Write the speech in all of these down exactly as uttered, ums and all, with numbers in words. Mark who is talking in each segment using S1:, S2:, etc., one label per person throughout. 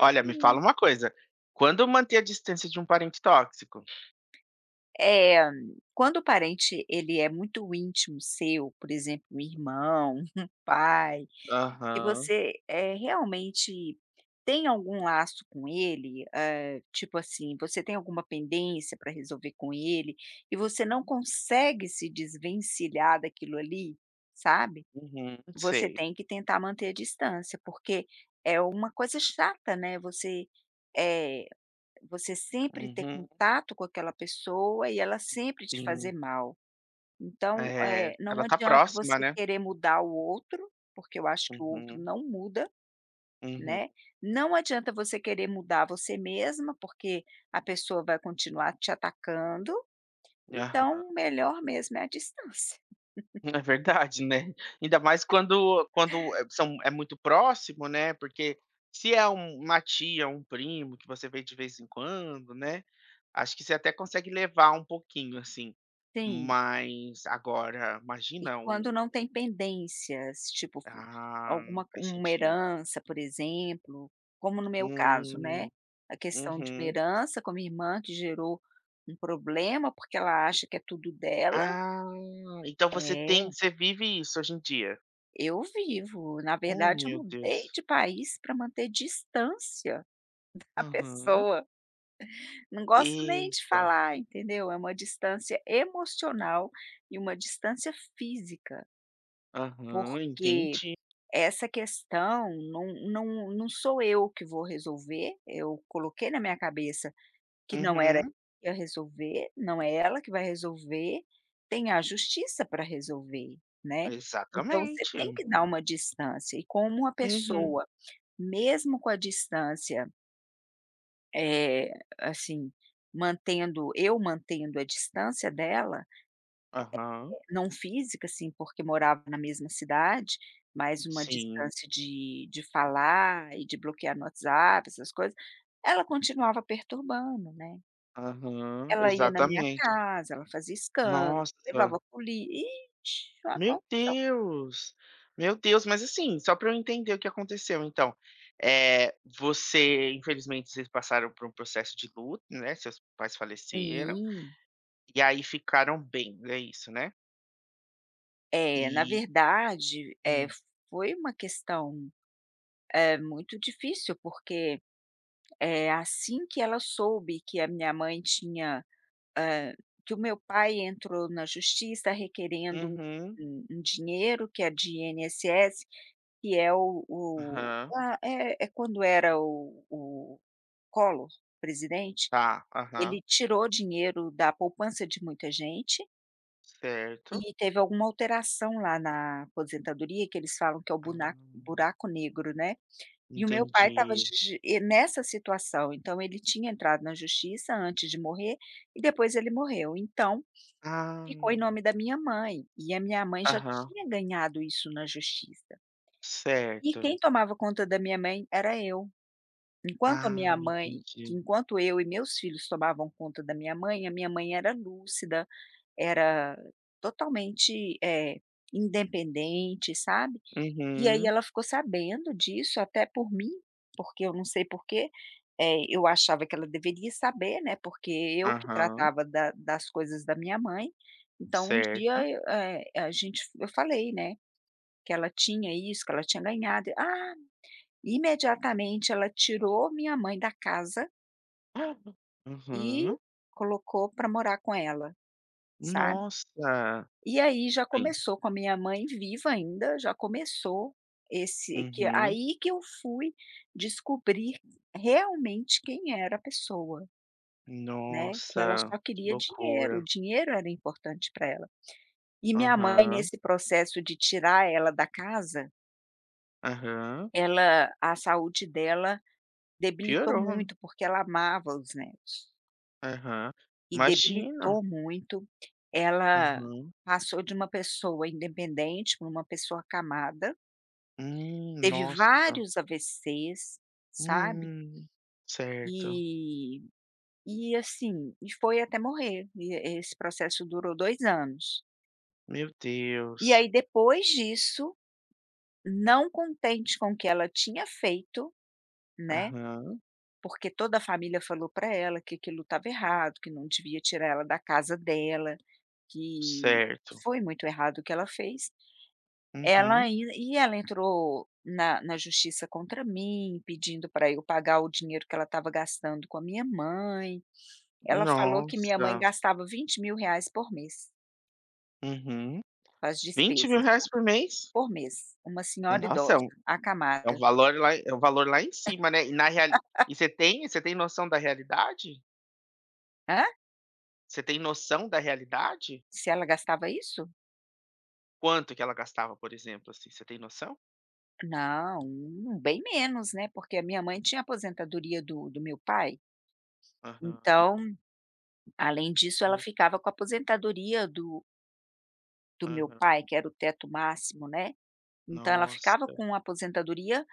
S1: Olha, me fala uma coisa, quando manter a distância de um parente tóxico?
S2: É, quando o parente ele é muito íntimo seu, por exemplo, um irmão, um pai, e
S1: Aham,
S2: você, eh, realmente tem algum laço com ele, eh, tipo assim, você tem alguma pendência para resolver com ele, e você não consegue se desvencilhar daquilo ali, sabe,
S1: uhum,
S2: você
S1: sei.
S2: tem que tentar manter a distância, porque é uma coisa chata, né, você, eh Você sempre ter
S1: Uhum,
S2: contato com aquela pessoa e ela sempre te fazer
S1: sim.
S2: mal. Então,
S1: É,
S2: eh, não
S1: ela tá
S2: adianta
S1: próxima,
S2: você
S1: né.
S2: querer mudar o outro, porque eu acho que o outro
S1: Uhum,
S2: não muda,
S1: uhum,
S2: né. Não adianta você querer mudar você mesma, porque a pessoa vai continuar te atacando, então
S1: aham.
S2: o melhor mesmo é a distância.
S1: É verdade, né. Ainda mais quando quando é são é muito próximo, né, porque se é um uma tia, um primo que você vê de vez em quando, né, acho que você até consegue levar um pouquinho, assim.
S2: Sim.
S1: Mas agora,
S2: E
S1: imagina
S2: quando
S1: um,
S2: não tem pendências, tipo, fu
S1: ah,
S2: alguma
S1: faz
S2: uma
S1: sentido.
S2: herança, por exemplo, como no meu caso,
S1: Hum,
S2: né, a questão de uma
S1: uhum.
S2: herança com a minha irmã que gerou um problema, porque ela acha que é tudo dela.
S1: Ah, então você tem
S2: É,
S1: você vive isso hoje em dia?
S2: eu vivo. Na
S1: Oh,
S2: verdade, eu
S1: meu
S2: mudei
S1: Deus.
S2: de país para manter distância da
S1: Aham.
S2: pessoa. Não gosto nem de
S1: Eita.
S2: falar, entendeu? É uma distância emocional e uma distância física,
S1: Aham,
S2: porque
S1: entendi.
S2: essa questão não não não sou eu que vou resolver, eu coloquei na minha cabeça que não era eu
S1: Uhum.
S2: que ia resolver, não é ela que vai resolver, tem a justiça para resolver, né. Então você
S1: Exatamente.
S2: tem que dar uma distância e como uma
S1: Uhum.
S2: pessoa, mesmo com a distância, é assim, mantendo eu mantendo a distância dela,
S1: Aham.
S2: não física, assim, porque morava na mesma cidade, mas uma Hum.
S1: Sim.
S2: distância de de falar e de bloquear no WhatsApp, essas coisas, ela continuava perturbando, né.
S1: Aham,
S2: Ela ia na minha
S1: exatamente.
S2: casa, ela fazia escândalo,
S1: Nossa,
S2: levava a polícia, ixi, uma
S1: meu
S2: confusão.
S1: Deus. Meu Deus, mas assim, só para eu entender o que aconteceu então, é você infelizmente vocês passaram por um processo de luto, né, seus pais faleceram.
S2: Sim.
S1: E aí ficaram bem, é isso, né?
S2: É, na
S1: E
S2: verdade, é
S1: hum,
S2: foi uma questão, eh, muito difícil, porque, é assim que ela soube que a minha mãe tinha, hã, que o meu pai entrou na justiça requerendo um
S1: uhum,
S2: um um dinheiro que é de I N S S, que é o o
S1: aham,
S2: ah, é é quando era o o Collor presidente,
S1: tá, aham,
S2: ele tirou dinheiro da poupança de muita gente
S1: certo.
S2: e teve alguma alteração lá na aposentadoria, que eles falam que é o bunaco
S1: Hum,
S2: buraco negro, né. E o meu pai estava
S1: entendi.
S2: nessa situação, então ele tinha entrado na justiça antes de morrer e depois ele morreu. Então
S1: Ah,
S2: ficou em nome da minha mãe, e a minha mãe já
S1: aham,
S2: tinha ganhado isso na justiça. E
S1: certo.
S2: quem tomava conta da minha mãe era eu. Enquanto a
S1: Ah,
S2: minha mãe que
S1: entendi.
S2: enquanto eu e meus filhos tomavam conta da minha mãe, a minha mãe era lúcida, era totalmente, eh, independente, sabe? E aí
S1: Uhum,
S2: ela ficou sabendo disso até por mim, porque eu não sei por quê, eh, eu achava que ela deveria saber, né, porque eu que
S1: aham,
S2: tratava da das coisas da minha mãe, então um
S1: certo.
S2: dia eu, eh, a gente eu falei, né, que ela tinha isso, que ela tinha ganhado. Ah, imediatamente ela tirou minha mãe da casa
S1: Ah.
S2: e
S1: Uhum.
S2: colocou pra morar com ela, sabe.
S1: Nossa!
S2: E aí já
S1: Sim.
S2: começou, com a minha mãe viva ainda, já começou esse, que
S1: Uhum.
S2: aí que eu fui descobrir realmente quem era a pessoa, né, que ela
S1: Nossa,
S2: só
S1: que
S2: queria dinheiro,
S1: loucura.
S2: o dinheiro era importante para ela. E minha mãe,
S1: Aham,
S2: nesse processo de tirar ela da casa,
S1: aham.
S2: ela a saúde dela debilitou
S1: Piorou, né?
S2: muito, porque ela amava os netos,
S1: Aham.
S2: e
S1: Imagina.
S2: debilitou muito, ela
S1: Aham.
S2: passou de uma pessoa independente para uma pessoa acamada.
S1: Hum,
S2: Teve
S1: nossa.
S2: vários a AVCs, sabe,
S1: Hum,
S2: e
S1: certo.
S2: e assim, e foi até morrer, e esse processo durou dois anos.
S1: Meu
S2: E
S1: Deus.
S2: aí depois disso, não contente com o que ela tinha feito, né,
S1: Aham,
S2: porque toda a família falou pra ela que aquilo estava errado, que não devia tirar ela da casa dela, que
S1: certo.
S2: foi muito errado o que ela fez. Ela
S1: Uhum.
S2: ai e ela entrou na na justiça contra mim, pedindo para eu pagar o dinheiro que ela estava gastando com a minha mãe. Ela falou que minha mãe
S1: Nossa.
S2: gastava vinte mil reais por mês
S1: Uhum.
S2: com as
S1: vinte mil
S2: despesas,
S1: reais por mês?
S2: por mês, uma senhora
S1: Nossa, é
S2: idosa,
S1: um é um
S2: acamada.
S1: valor lá é um valor lá em cima, né. E, na real, e você tem você tem noção da realidade?
S2: Hã?
S1: Você tem noção da realidade?
S2: Se ela gastava isso?
S1: Quanto que ela gastava, por exemplo, assim, você tem noção?
S2: Não, hum, bem menos, né, porque a minha mãe tinha aposentadoria do do meu pai,
S1: Aham,
S2: então, além disso, ela
S1: meu
S2: ficava com a aposentadoria do do meu
S1: aham.
S2: pai, que era o teto máximo, né. Então ela ficava
S1: Nossa.
S2: com a aposentadoria,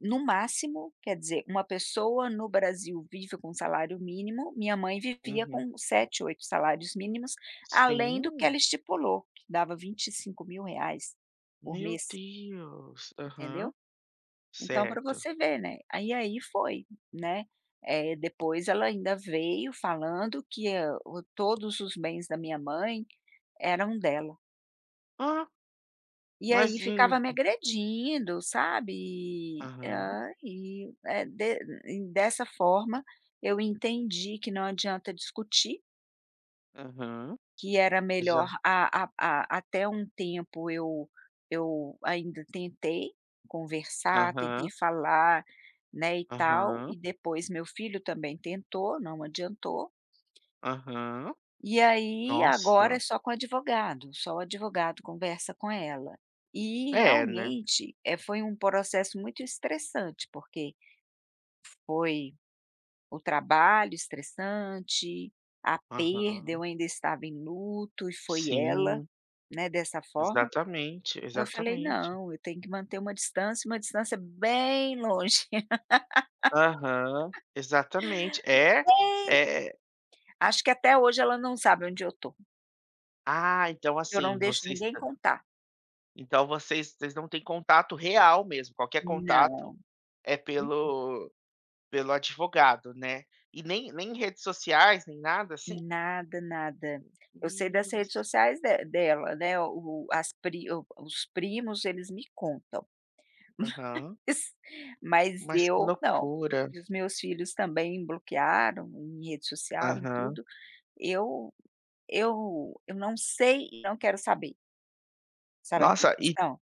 S2: no máximo, quer dizer, uma pessoa no Brasil vive com salário mínimo, minha mãe vivia
S1: Uhum.
S2: com sete, oito salários mínimos, além do que
S1: Sim.
S2: ela estipulou, que dava vinte e cinco mil reais por
S1: Meu
S2: mês,
S1: Deus. Aham.
S2: entendeu. Então para
S1: Certo.
S2: você ver, né, aí aí foi, né. Eh, depois ela ainda veio falando que, hã, o todos os bens da minha mãe eram dela.
S1: Ah,
S2: E aí
S1: mas em
S2: ficava me agredindo, sabe, e,
S1: aham,
S2: hã, e, eh, de e dessa forma eu entendi que não adianta discutir,
S1: aham,
S2: que era
S1: já
S2: melhor a a a até um tempo eu eu ainda tentei conversar, tentei
S1: aham,
S2: falar, né, e tal,
S1: aham,
S2: e depois meu filho também tentou, não adiantou.
S1: aham.
S2: E aí, agora
S1: Nossa.
S2: é só com o advogado, só o advogado conversa com ela. E
S1: É, né.
S2: realmente, eh, foi um processo muito estressante, porque foi o trabalho estressante, a perda,
S1: Aham.
S2: eu ainda estava em luto e foi ela,
S1: Sim,
S2: né, dessa forma.
S1: exatamente,
S2: Eu falei:
S1: exatamente.
S2: "Não, eu tenho que manter uma distância, uma distância bem longe".
S1: Aham, exatamente. É, é é.
S2: Acho que até hoje ela não sabe onde eu tô,
S1: Ah, então
S2: eu não
S1: assim,
S2: deixo
S1: vocês
S2: ninguém contar.
S1: então vocês vocês não têm contato real mesmo, qualquer contato
S2: Não.
S1: é pelo pelo advogado, né. E nem nem redes sociais, nem nada assim?
S2: Nada, nada. Eu sei
S1: Hum,
S2: das redes sociais de dela, né, o as pri o os primos, eles me contam,
S1: aham.
S2: mas
S1: Mas que
S2: eu não.
S1: loucura.
S2: E os meus filhos também bloquearam em rede social, em
S1: Aham.
S2: tudo. Eu eu eu não sei e não quero saber, sabe aquela
S1: Nossa, e
S2: questão?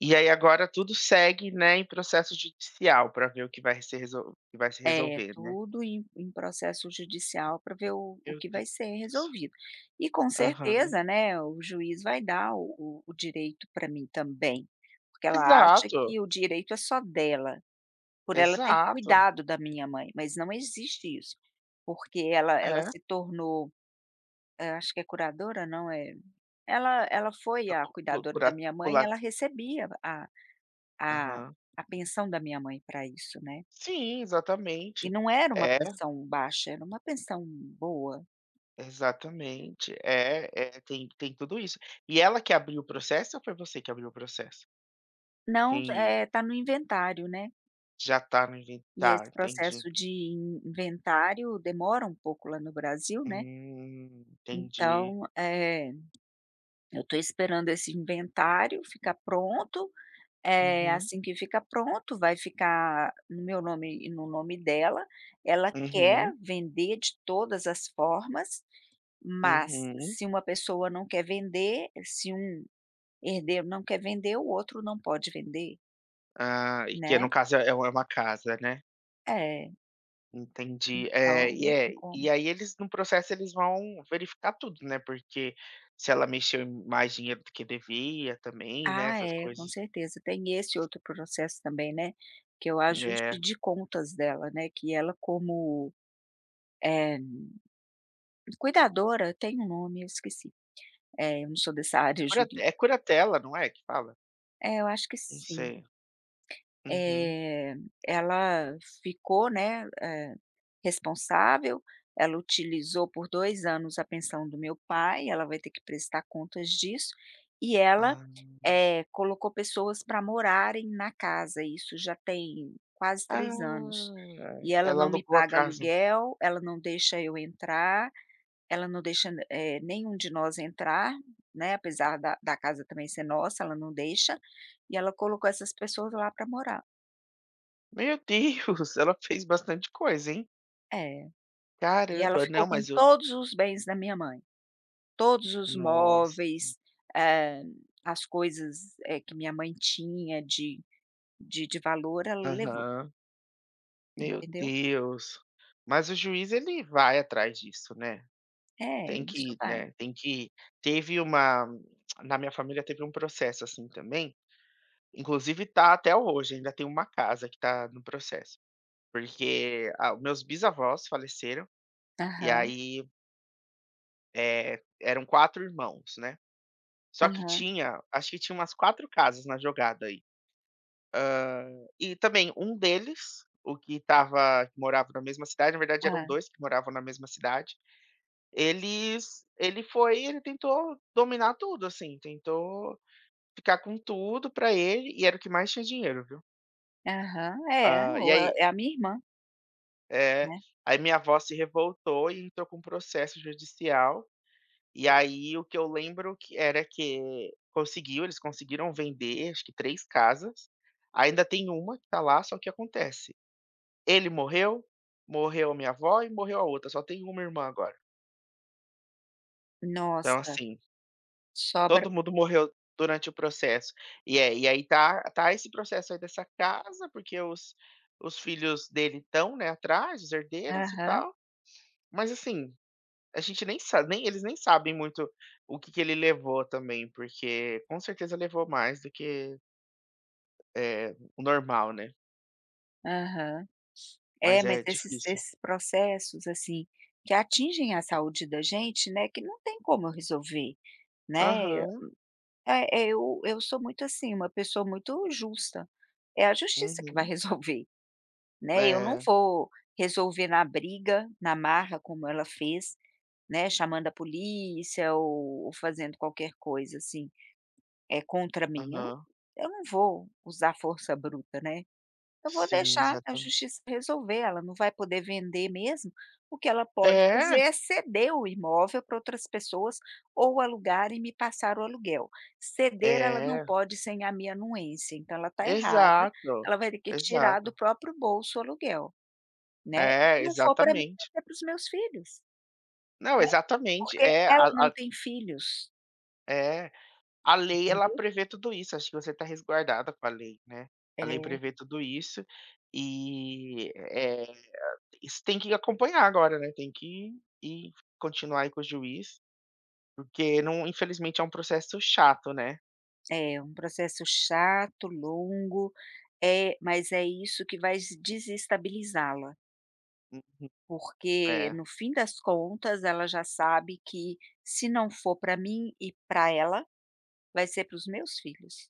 S1: e aí agora tudo segue, né, em processo judicial para ver o que vai ser resol que vai se
S2: É,
S1: resolver, né.
S2: tudo em em processo judicial para ver o o
S1: Meu
S2: que vai ser
S1: Deus.
S2: resolvido. E com
S1: Aham.
S2: certeza, né, o juiz vai dar o o o direito para mim também, porque ela acha
S1: Exato,
S2: que o direito é só dela, por ela ter
S1: exato.
S2: cuidado da minha mãe, mas não existe isso, porque ela ela
S1: É.
S2: se tornou, eh, acho que é curadora, não é, ela ela foi
S1: A
S2: a
S1: cu cu
S2: cuidadora
S1: cura
S2: da minha mãe
S1: cula
S2: e ela recebia a a
S1: aham.
S2: a pensão da minha mãe para isso, né.
S1: Sim,
S2: E
S1: exatamente.
S2: não era uma
S1: É,
S2: pensão baixa, era uma pensão boa.
S1: exatamente. É, é, tem tem tudo isso. E ela que abriu o processo ou foi você que abriu o processo?
S2: Não,
S1: Quem
S2: eh, tá no inventário, né,
S1: Já tá no
S2: e
S1: inventário,
S2: esse
S1: tá, entendi.
S2: processo de in inventário demora um pouco lá no Brasil, né,
S1: Hum, entendi.
S2: então, eh, eu tô esperando esse inventário ficar pronto, eh,
S1: Uhum.
S2: assim que ficar pronto, vai ficar no meu nome e no nome dela. Ela quer
S1: Uhum,
S2: vender de todas as formas, mas
S1: uhum.
S2: se uma pessoa não quer vender, se um herdeiro não quer vender, o outro não pode vender,
S1: Ah, e que
S2: né.
S1: no caso é uma é uma casa, né.
S2: É,
S1: Entendi. É,
S2: então
S1: e
S2: não tem
S1: é
S2: como.
S1: e aí eles no processo eles vão verificar tudo, né, porque se ela mexeu em mais dinheiro do que devia também, né,
S2: Ah,
S1: essas
S2: é, com
S1: coisas.
S2: certeza. Tem esse outro processo também, né, que é o
S1: É,
S2: ajuste de contas dela, né, que ela, como, eh, cuidadora, tem um nome, eu esqueci. É, eu não sou dessa área
S1: cura
S2: jurídica.
S1: é curatela, não é que fala?
S2: É, eu acho que
S1: Não
S2: sim.
S1: sei. Uhum.
S2: Eh, ela ficou, né, eh, responsável, ela utilizou por dois anos a pensão do meu pai, ela vai ter que prestar contas disso, e ela,
S1: Ah.
S2: eh, colocou pessoas para morarem na casa, isso já tem quase três anos.
S1: Ah,
S2: E ela
S1: ela
S2: não me
S1: alugou a
S2: paga
S1: casa.
S2: aluguel, ela não deixa eu entrar, ela não deixa, eh, nenhum de nós entrar, né, apesar da da casa também ser nossa, ela não deixa, e ela colocou essas pessoas lá para morar.
S1: Meu Deus, ela fez bastante coisa, hein.
S2: É, e ela
S1: Caramba,
S2: ficou
S1: não,
S2: com
S1: mas eu
S2: todos os bens da minha mãe, todos os
S1: nossa.
S2: móveis, eh, as coisas, eh, que minha mãe tinha de de de valor, ela levou,
S1: Aham. Meu
S2: entendeu.
S1: Deus. Mas o juiz ele vai atrás disso, né.
S2: É,
S1: Tem
S2: isso
S1: que,
S2: vai.
S1: né, tem que teve uma Na minha família teve um processo assim também, inclusive tá até hoje, ainda tem uma casa que tá no processo, porque a meus bisavós faleceram, e
S2: Aham,
S1: aí, eh, eram quatro irmãos, né. Só que
S2: aham,
S1: tinha acho que tinha umas quatro casas na jogada aí. E também um deles, o que estava que morava na mesma cidade, na verdade eram
S2: hã,
S1: dois que moravam na mesma cidade. Eles ele foi ele tentou dominar tudo, assim, tentou ficar com tudo pra ele, e era o que mais tinha dinheiro, viu.
S2: aham. É,
S1: Hã, e
S2: ou
S1: aí
S2: é a minha irmã,
S1: é,
S2: né.
S1: aí minha avó se revoltou e entrou com um processo judicial, e aí o que eu lembro que era que conseguiu, eles conseguiram vender, acho que três casas, ainda tem uma que tá lá, só que acontece, ele morreu, morreu a minha avó e morreu a outra, só tem uma irmã agora. Então
S2: Nossa,
S1: assim,
S2: sobra.
S1: todo mundo morreu durante o processo. E é e aí tá tá esse processo aí dessa casa, porque os os filhos dele estão, né, atrás, os herdeiros e
S2: Aham,
S1: tal, mas assim, a gente nem sabe, nem eles nem sabem muito o que que ele levou também, porque com certeza levou mais do que, é o normal, né,
S2: aham.
S1: mas
S2: É, mas
S1: é
S2: esses
S1: difícil.
S2: esses processos, assim, que atingem a saúde da gente, né, que não tem como eu resolver, né.
S1: Aham,
S2: É, é, eu eu sou muito assim, uma pessoa muito justa. É a justiça que vai
S1: uhum,
S2: resolver, né, eu não
S1: é,
S2: vou resolver na briga, na marra, como ela fez, né, chamando a polícia ou ou fazendo qualquer coisa, assim, é contra mim. Eu não
S1: aham.
S2: eu não vou usar força bruta, né. Eu vou
S1: Sim,
S2: deixar a
S1: exatamen
S2: justiça resolver, ela não vai poder vender mesmo, o que ela pode fazer
S1: É,
S2: é ceder o imóvel para outras pessoas ou alugar e me passar o aluguel. Ceder ela não
S1: é,
S2: pode sem a minha anuência, então ela está errada,
S1: exato,
S2: ela vai ter que tirar do
S1: exato.
S2: próprio bolso o aluguel, né. E
S1: É,
S2: se não for para mim, vai
S1: exatamente.
S2: ser para os meus filhos,
S1: Não, exatamente.
S2: porque
S1: É,
S2: ela
S1: a
S2: não
S1: a
S2: tem filhos,
S1: é, a lei ela
S2: entendeu.
S1: prevê tudo isso, acho que você está resguardada com a lei, né. A lei prevê tudo isso e, eh, isso tem que acompanhar agora, né, tem que ir continuar aí com o juiz, porque não infelizmente é um processo chato, né.
S2: É, é um processo chato, longo. É, mas é isso que vai s- desestabilizá-la.
S1: Hum,
S2: Porque
S1: é.
S2: no fim das contas ela já sabe que se não for para mim e para ela, vai ser para os meus filhos,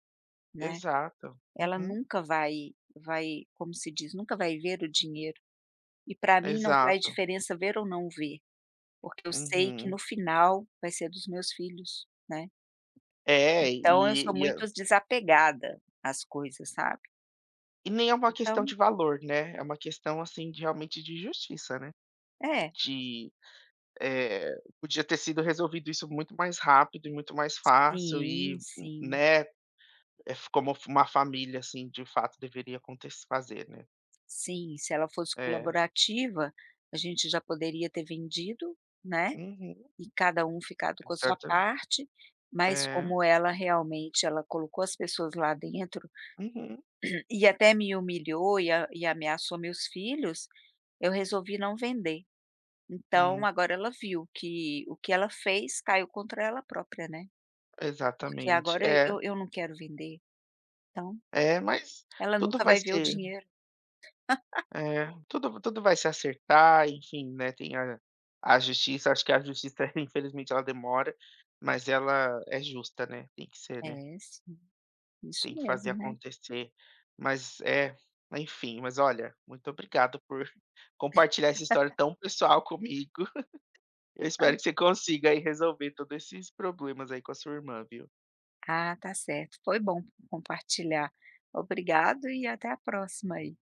S2: né.
S1: Exato.
S2: Ela
S1: Uhum.
S2: nunca vai, vai, como se diz, nunca vai ver o dinheiro. E para mim não faz
S1: Exato.
S2: diferença ver ou não ver, porque eu sei que
S1: Uhum.
S2: no final vai ser dos meus filhos, né.
S1: É,
S2: Então eu
S1: e
S2: sou
S1: e a
S2: muito desapegada às coisas, sabe.
S1: e nem é uma questão
S2: Então
S1: de valor, né, é uma questão, assim, de realmente de justiça, né,
S2: é,
S1: de. Eh, Podia ter sido resolvido isso muito mais rápido e muito mais fácil
S2: sim,
S1: e,
S2: sim,
S1: né, é f como f uma família, assim, de fato deveria acontecer fazer, né.
S2: sim, se ela fosse
S1: É.
S2: colaborativa, a gente já poderia ter vendido, né.
S1: Uhum.
S2: E cada um ficado com a sua
S1: Exata
S2: parte, mas
S1: É.
S2: como ela realmente ela colocou as pessoas lá dentro,
S1: Uhum.
S2: e até me humilhou e a e ameaçou meus filhos, eu resolvi não vender. Então
S1: Hum.
S2: agora ela viu que o que ela fez caiu contra ela própria, né, porque
S1: Exatamente.
S2: agora
S1: É.
S2: eu eu não quero vender, então
S1: É, mas
S2: ela
S1: tudo
S2: nunca
S1: vai
S2: vai ver o
S1: ser
S2: dinheiro.
S1: é, tudo tudo vai se acertar, enfim, né, tem a a justiça, acho que a justiça infelizmente ela demora, mas ela é justa, né, tem que ser, né.
S2: É, sim, isso
S1: Tem que fazer
S2: mesmo, né.
S1: acontecer. Mas é, enfim, mas olha, muito obrigado por compartilhar essa história tão pessoal comigo. Eu espero que você consiga aí resolver todos esses problemas aí com a sua irmã, viu?
S2: Ah, tá certo, foi bom compartilhar. Obrigado e até a próxima aí.